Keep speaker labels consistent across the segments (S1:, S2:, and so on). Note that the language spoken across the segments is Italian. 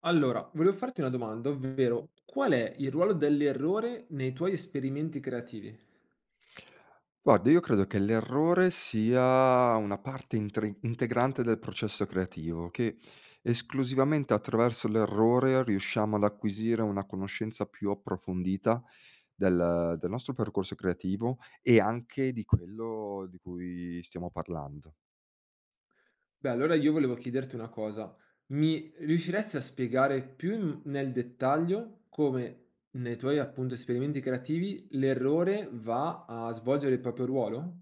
S1: Allora, volevo farti una domanda, ovvero qual è il ruolo dell'errore nei tuoi esperimenti creativi?
S2: Guarda, io credo che l'errore sia una parte intri integrante del processo creativo, che esclusivamente attraverso l'errore riusciamo ad acquisire una conoscenza più approfondita del nostro percorso creativo e anche di quello di cui stiamo parlando.
S1: Beh, allora io volevo chiederti una cosa. Mi riusciresti a spiegare più in- nel dettaglio come nei tuoi appunto esperimenti creativi l'errore va a svolgere il proprio ruolo?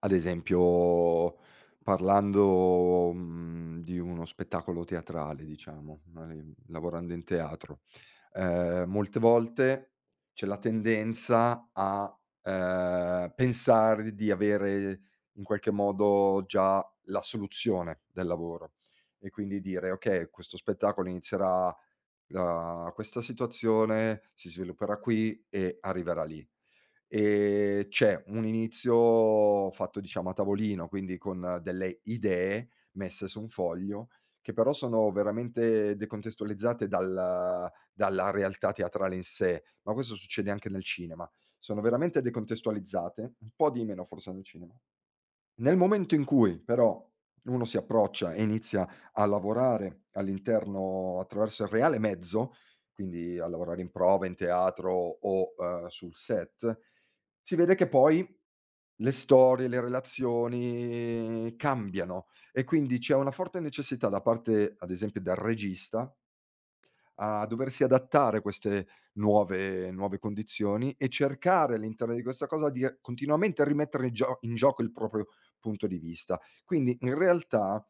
S2: Ad esempio, parlando, di uno spettacolo teatrale, diciamo, magari lavorando in teatro, molte volte c'è la tendenza a pensare di avere in qualche modo già la soluzione del lavoro e quindi dire: "Okay, questo spettacolo inizierà da questa situazione, si svilupperà qui e arriverà lì". C'è un inizio fatto, diciamo, a tavolino, quindi con delle idee messe su un foglio, che però sono veramente decontestualizzate dalla realtà teatrale in sé, ma questo succede anche nel cinema. Sono veramente decontestualizzate, un po' di meno forse nel cinema. Nel momento in cui però uno si approccia e inizia a lavorare all'interno attraverso il reale mezzo, quindi a lavorare in prova, in teatro o sul set, si vede che poi le storie, le relazioni cambiano e quindi c'è una forte necessità da parte, ad esempio, del regista a doversi adattare a queste nuove condizioni e cercare all'interno di questa cosa di continuamente rimettere in gioco il proprio punto di vista. Quindi, in realtà,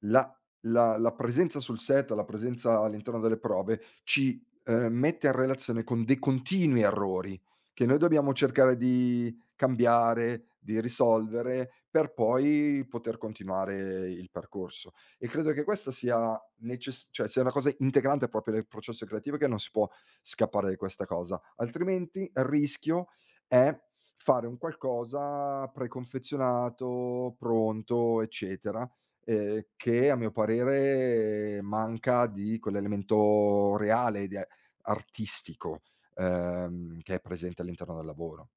S2: la la presenza sul set, la presenza all'interno delle prove ci mette a relazione con dei continui errori, che noi dobbiamo cercare di cambiare, di risolvere, per poi poter continuare il percorso. E credo che questa sia, neces cioè, sia una cosa integrante proprio del processo creativo, che non si può scappare di questa cosa. Altrimenti, il rischio è fare un qualcosa preconfezionato, pronto, eccetera, che a mio parere manca di quell'elemento reale, di a artistico, che è presente all'interno del lavoro.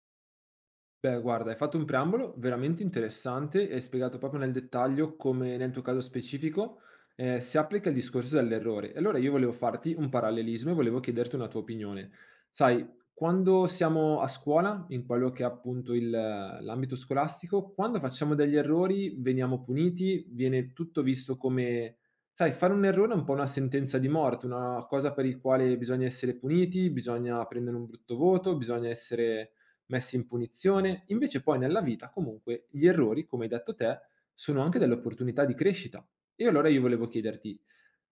S1: Beh, guarda, hai fatto un preambolo veramente interessante e hai spiegato proprio nel dettaglio come nel tuo caso specifico si applica il discorso dell'errore. E allora io volevo farti un parallelismo e volevo chiederti una tua opinione. Sai, quando siamo a scuola, in quello che è appunto il- l'ambito scolastico, quando facciamo degli errori veniamo puniti, viene tutto visto come, sai, fare un errore è un po' una sentenza di morte, una cosa per il quale bisogna essere puniti, bisogna prendere un brutto voto, bisogna essere messi in punizione, invece poi nella vita comunque gli errori, come hai detto te, sono anche delle opportunità di crescita. E allora io volevo chiederti,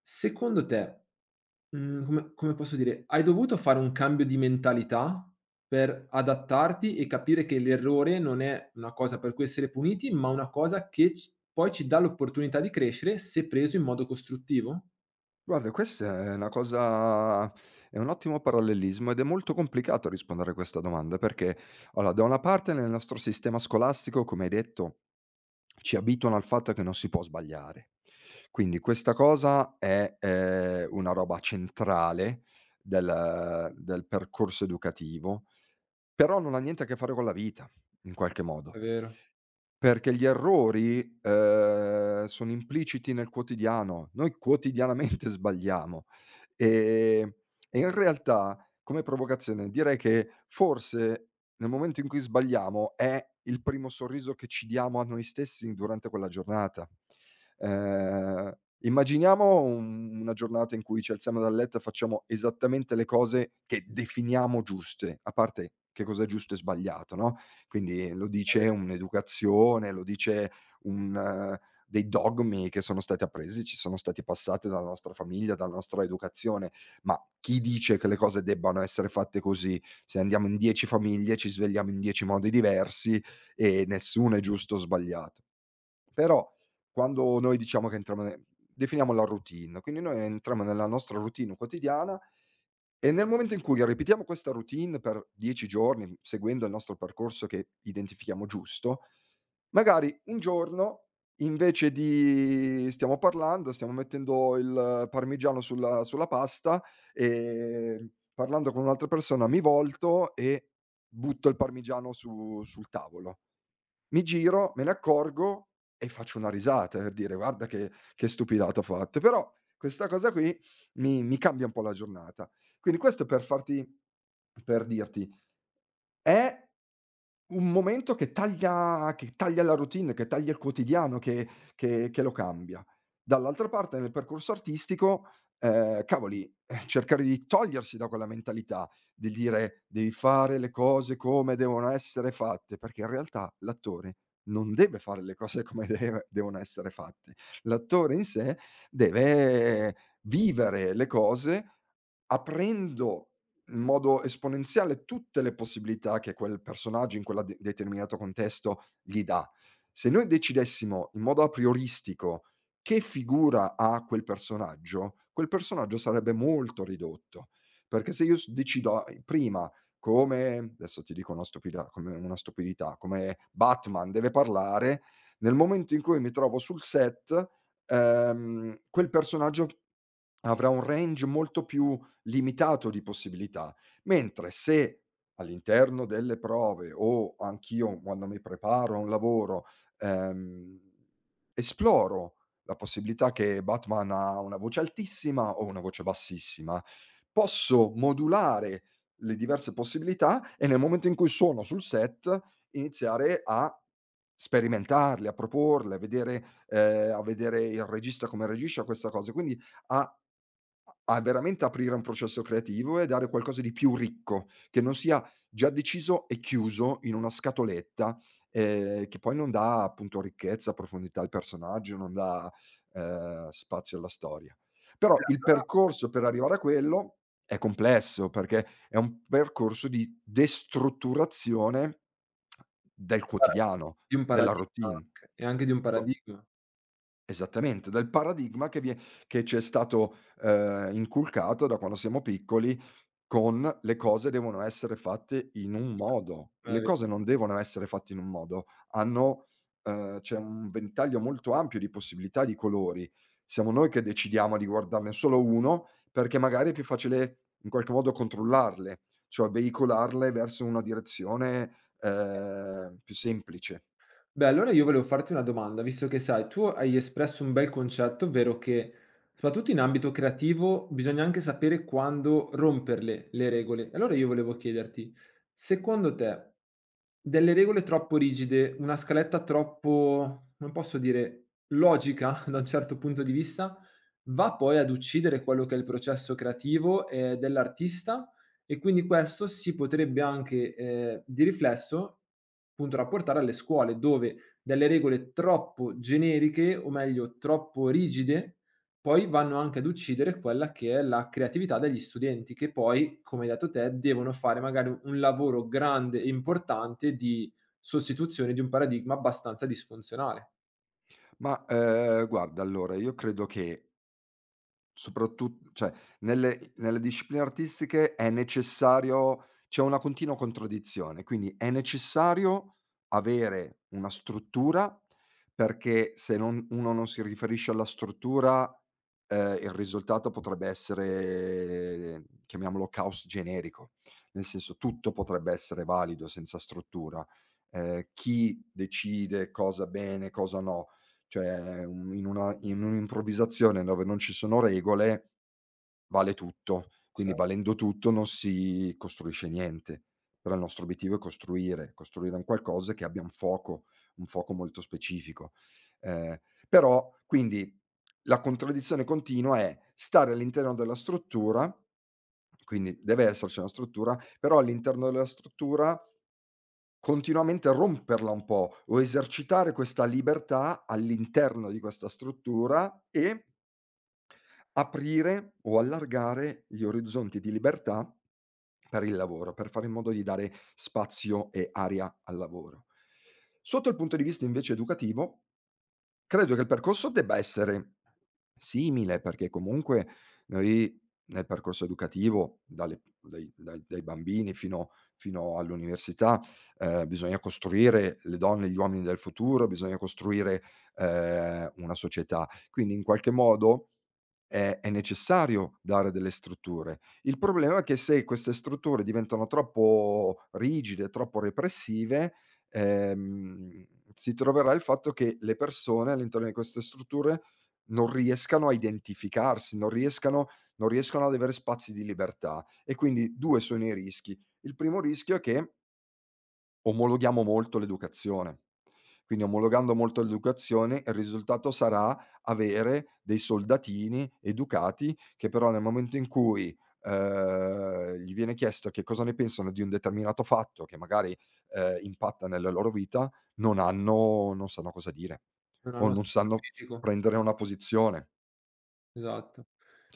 S1: secondo te, come come posso dire, hai dovuto fare un cambio di mentalità per adattarti e capire che l'errore non è una cosa per cui essere puniti, ma una cosa che c poi ci dà l'opportunità di crescere se preso in modo costruttivo?
S2: Guarda, questa è una cosa, è un ottimo parallelismo ed è molto complicato rispondere a questa domanda perché, allora, da una parte nel nostro sistema scolastico, come hai detto, ci abituano al fatto che non si può sbagliare. Quindi questa cosa è, una roba centrale del percorso educativo. Però non ha niente a che fare con la vita, in qualche modo.
S1: È vero.
S2: Perché gli errori, sono impliciti nel quotidiano. Noi quotidianamente sbagliamo. Ehm, e in realtà, come provocazione, direi che forse nel momento in cui sbagliamo è il primo sorriso che ci diamo a noi stessi durante quella giornata. Immaginiamo un una giornata in cui ci alziamo dal letto e facciamo esattamente le cose che definiamo giuste, a parte che cos'è giusto e sbagliato, no, quindi lo dice un'educazione, lo dice un dei dogmi che sono stati appresi, ci sono stati passati dalla nostra famiglia, dalla nostra educazione. Ma chi dice che le cose debbano essere fatte così? Se andiamo in 10 famiglie, ci svegliamo in 10 modi diversi e nessuno è giusto o sbagliato. Però quando noi diciamo che entriamo ne definiamo la routine, quindi noi entriamo nella nostra routine quotidiana e nel momento in cui ripetiamo questa routine per 10 giorni, seguendo il nostro percorso che identifichiamo giusto, magari un giorno invece di stiamo parlando, stiamo mettendo il parmigiano sulla pasta, parlando con un'altra persona mi volto e butto il parmigiano su sul tavolo. Mi giro, me ne accorgo e faccio una risata per dire: "Guarda che stupidata ho fatto". Però questa cosa qui mi cambia un po' la giornata. Quindi questo per dirti, è un momento che taglia la routine, che taglia il quotidiano, che lo cambia. Dall'altra parte nel percorso artistico, cavoli, cercare di togliersi da quella mentalità, del dire: "Devi fare le cose come devono essere fatte", perché in realtà l'attore non deve fare le cose come deve devono essere fatte. L'attore in sé deve vivere le cose aprendo in modo esponenziale tutte le possibilità che quel personaggio in quella de determinato contesto gli dà. Se noi decidessimo in modo aprioristico che figura ha quel personaggio sarebbe molto ridotto, perché se io s decido a prima, come adesso ti dico una stupida, come una stupidità, come Batman deve parlare, nel momento in cui mi trovo sul set, quel personaggio avrà un range molto più limitato di possibilità. Mentre se all'interno delle prove, o anch'io quando mi preparo a un lavoro, ehm, esploro la possibilità che Batman ha una voce altissima o una voce bassissima, posso modulare le diverse possibilità e nel momento in cui sono sul set iniziare a sperimentarle, a proporle, a vedere il regista come reagisce a questa cosa. Quindi a a veramente aprire un processo creativo e dare qualcosa di più ricco, che non sia già deciso e chiuso in una scatoletta, che poi non dà, appunto, ricchezza, profondità al personaggio, non dà, spazio alla storia.
S1: È
S2: Però il
S1: una
S2: percorso per arrivare a quello è complesso, perché è un percorso di destrutturazione del
S1: parola.
S2: quotidiano,
S1: Di un
S2: della
S1: paradigma
S2: routine.
S1: anche e anche di un
S2: Co
S1: paradigma.
S2: Esattamente, dal paradigma che ci è stato, inculcato da quando siamo piccoli, con: le cose devono essere fatte in un modo.
S1: È
S2: Le
S1: ve.
S2: cose non devono essere fatte in un modo, hanno, c'è un ventaglio molto ampio di possibilità, di colori. Siamo noi che decidiamo di guardarne solo uno, perché magari è più facile in qualche modo controllarle, cioè veicolarle verso una direzione, più semplice.
S1: Beh, allora io volevo farti una domanda, visto che sai, tu hai espresso un bel concetto, ovvero che soprattutto in ambito creativo bisogna anche sapere quando romperle le regole. Allora io volevo chiederti, secondo te, delle regole troppo rigide, una scaletta troppo, non posso dire, logica da un certo punto di vista, va poi ad uccidere quello che è il processo creativo dell'artista? E quindi questo si potrebbe anche, di riflesso, appunto rapportare alle scuole, dove delle regole troppo generiche, o meglio troppo rigide, poi vanno anche ad uccidere quella che è la creatività degli studenti, che poi, come hai detto te, devono fare magari u un lavoro grande e importante di sostituzione di un paradigma abbastanza disfunzionale.
S2: Ma, guarda, allora, io credo che, Soprattut cioè, nelle discipline artistiche è necessario, c'è una continua contraddizione, quindi è necessario avere una struttura, perché se non uno non si riferisce alla struttura, il risultato potrebbe essere, chiamiamolo, caos generico. Nel senso, tutto potrebbe essere valido senza struttura. Chi decide cosa bene, cosa no? Cioè, un in una in un'improvvisazione dove non ci sono regole, vale tutto. Quindi,
S1: Cioè,
S2: valendo tutto, non si costruisce niente. Però il nostro obiettivo è costruire, costruire un qualcosa che abbia un fuoco molto specifico. Ehm, però quindi la contraddizione continua è stare all'interno della struttura, quindi deve esserci una struttura, però all'interno della struttura continuamente romperla un po' o esercitare questa libertà all'interno di questa struttura e aprire o allargare gli orizzonti di libertà per il lavoro, per fare in modo di dare spazio e aria al lavoro. Sotto il punto di vista, invece, educativo, credo che il percorso debba essere simile, perché comunque noi nel percorso educativo, dalle dai dai dai bambini fino all'università, bisogna costruire le donne e gli uomini del futuro, bisogna costruire, una società. Quindi, in qualche modo, è necessario dare delle strutture. Il problema è che se queste strutture diventano troppo rigide, troppo repressive, ehm, si troverà il fatto che le persone all'interno di queste strutture non riescano a identificarsi, non riescono ad avere spazi di libertà e quindi 2 sono i rischi. Il primo rischio è che omologhiamo molto l'educazione. Quindi, omologando molto l'educazione, il risultato sarà avere dei soldatini educati che però nel momento in cui, gli viene chiesto che cosa ne pensano di un determinato fatto che magari, impatta nella loro vita, non sanno cosa dire
S1: non
S2: o
S1: hanno
S2: non
S1: spirito
S2: sanno
S1: critico.
S2: prendere una posizione.
S1: Esatto.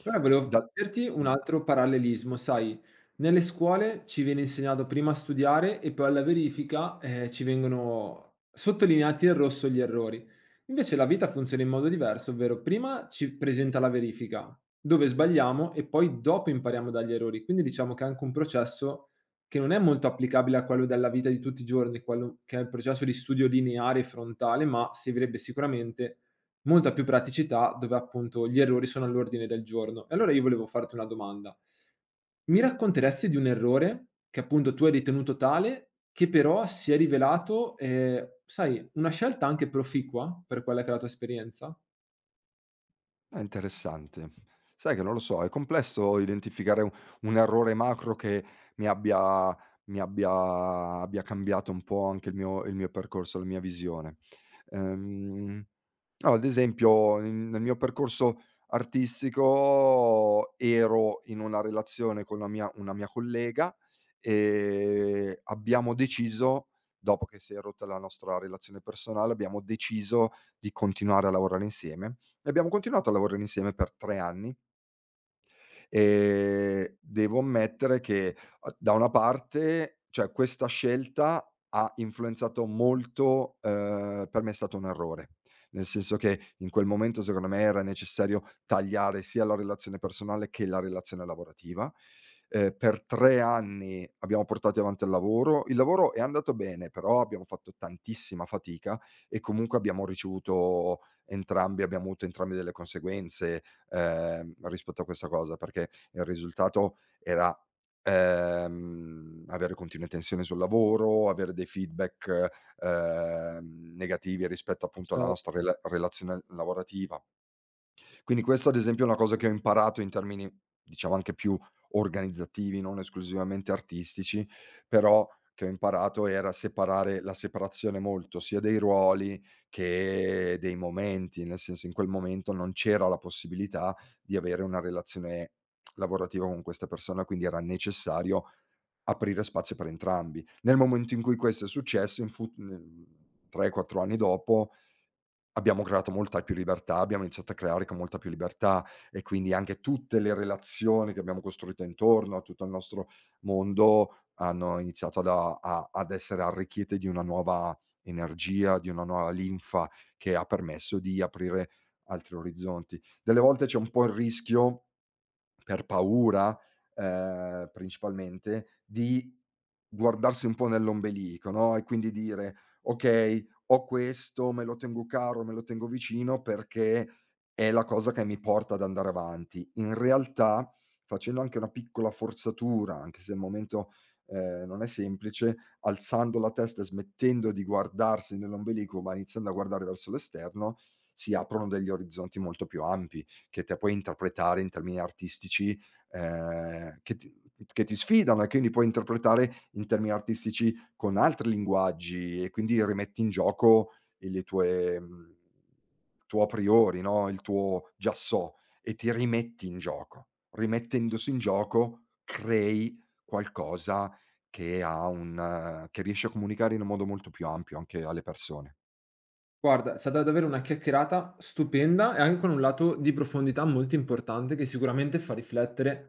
S1: Ora volevo
S2: Da
S1: chiederti un
S2: mh.
S1: altro parallelismo, sai, nelle scuole ci viene insegnato prima a studiare e poi alla verifica, ci vengono sottolineati in rosso gli errori. Invece la vita funziona in modo diverso, ovvero prima ci presenta la verifica, dove sbagliamo e poi dopo impariamo dagli errori. Quindi diciamo che è anche un processo che non è molto applicabile a quello della vita di tutti i giorni, quello che è il processo di studio lineare e frontale, ma servirebbe sicuramente molta più praticità, dove appunto gli errori sono all'ordine del giorno. E allora io volevo farti una domanda: mi racconteresti di un errore che appunto tu hai ritenuto tale, che però si è rivelato, sai, una scelta anche proficua per quella che è la tua esperienza?
S2: Ah, interessante. Sai che non lo so, è complesso identificare u un errore macro che mi abbia mi abbia abbia cambiato un po' anche il mio percorso, la mia visione. Ehm No, ad esempio, n nel mio percorso artistico ero in una relazione con la mia una mia collega, abbiamo deciso, dopo che si è rotta la nostra relazione personale, abbiamo deciso di continuare a lavorare insieme e abbiamo continuato a lavorare insieme per 3 anni. Devo ammettere che, da una parte, cioè, questa scelta ha influenzato molto, per me è stato un errore. Nel senso che in quel momento, secondo me, era necessario tagliare sia la relazione personale che la relazione lavorativa. Per 3 anni abbiamo portato avanti il lavoro. Il lavoro è andato bene, però abbiamo fatto tantissima fatica e comunque abbiamo avuto entrambi delle conseguenze, rispetto a questa cosa, perché il risultato era, avere continue tensioni sul lavoro, avere dei feedback, negativi rispetto, appunto, alla
S1: Cioè.
S2: nostra relazione lavorativa. Quindi questo, ad esempio, è una cosa che ho imparato in termini, diciamo, anche più organizzativi, non esclusivamente artistici, però che ho imparato era separare, la separazione molto, sia dei ruoli che dei momenti, nel senso in quel momento non c'era la possibilità di avere una relazione lavorativa con questa persona, quindi era necessario aprire spazio per entrambi. Nel momento in cui questo è successo, 3, 4 anni dopo, abbiamo creato molta più libertà, abbiamo iniziato a creare con molta più libertà, e quindi anche tutte le relazioni che abbiamo costruito intorno a tutto il nostro mondo hanno iniziato ad a a ad essere arricchite di una nuova energia, di una nuova linfa che ha permesso di aprire altri orizzonti. Delle volte c'è un po' il rischio, per paura, principalmente, di guardarsi un po' nell'ombelico, no, e quindi dire: "Okay, ho questo, me lo tengo caro, me lo tengo vicino perché è la cosa che mi porta ad andare avanti". In realtà, facendo anche una piccola forzatura, anche se il momento, non è semplice, alzando la testa e smettendo di guardarsi nell'ombelico, ma iniziando a guardare verso l'esterno, si aprono degli orizzonti molto più ampi che te puoi interpretare in termini artistici, ehm, che ti che ti sfidano e quindi puoi interpretare in termini artistici con altri linguaggi, e quindi rimetti in gioco e tuo a priori, no, il tuo già so, e ti rimetti in gioco. Rimettendosi in gioco crei qualcosa che ha un che riesci a comunicare in un modo molto più ampio anche alle persone.
S1: Guarda, è stata davvero una chiacchierata stupenda e anche con un lato di profondità molto importante che sicuramente fa riflettere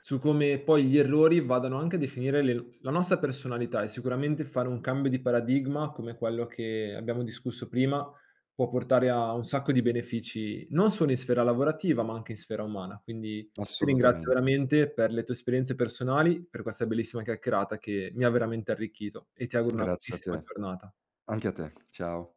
S1: su come poi gli errori vadano anche a definire le- la nostra personalità e sicuramente fare un cambio di paradigma come quello che abbiamo discusso prima può portare a un sacco di benefici non solo in sfera lavorativa ma anche in sfera umana. Quindi ti ringrazio
S2: Assolutamente.
S1: veramente per le tue esperienze personali, per questa bellissima chiacchierata che mi ha veramente arricchito e ti auguro una
S2: Grazie a
S1: bellissima
S2: te.
S1: giornata.
S2: Anche a te. Ciao.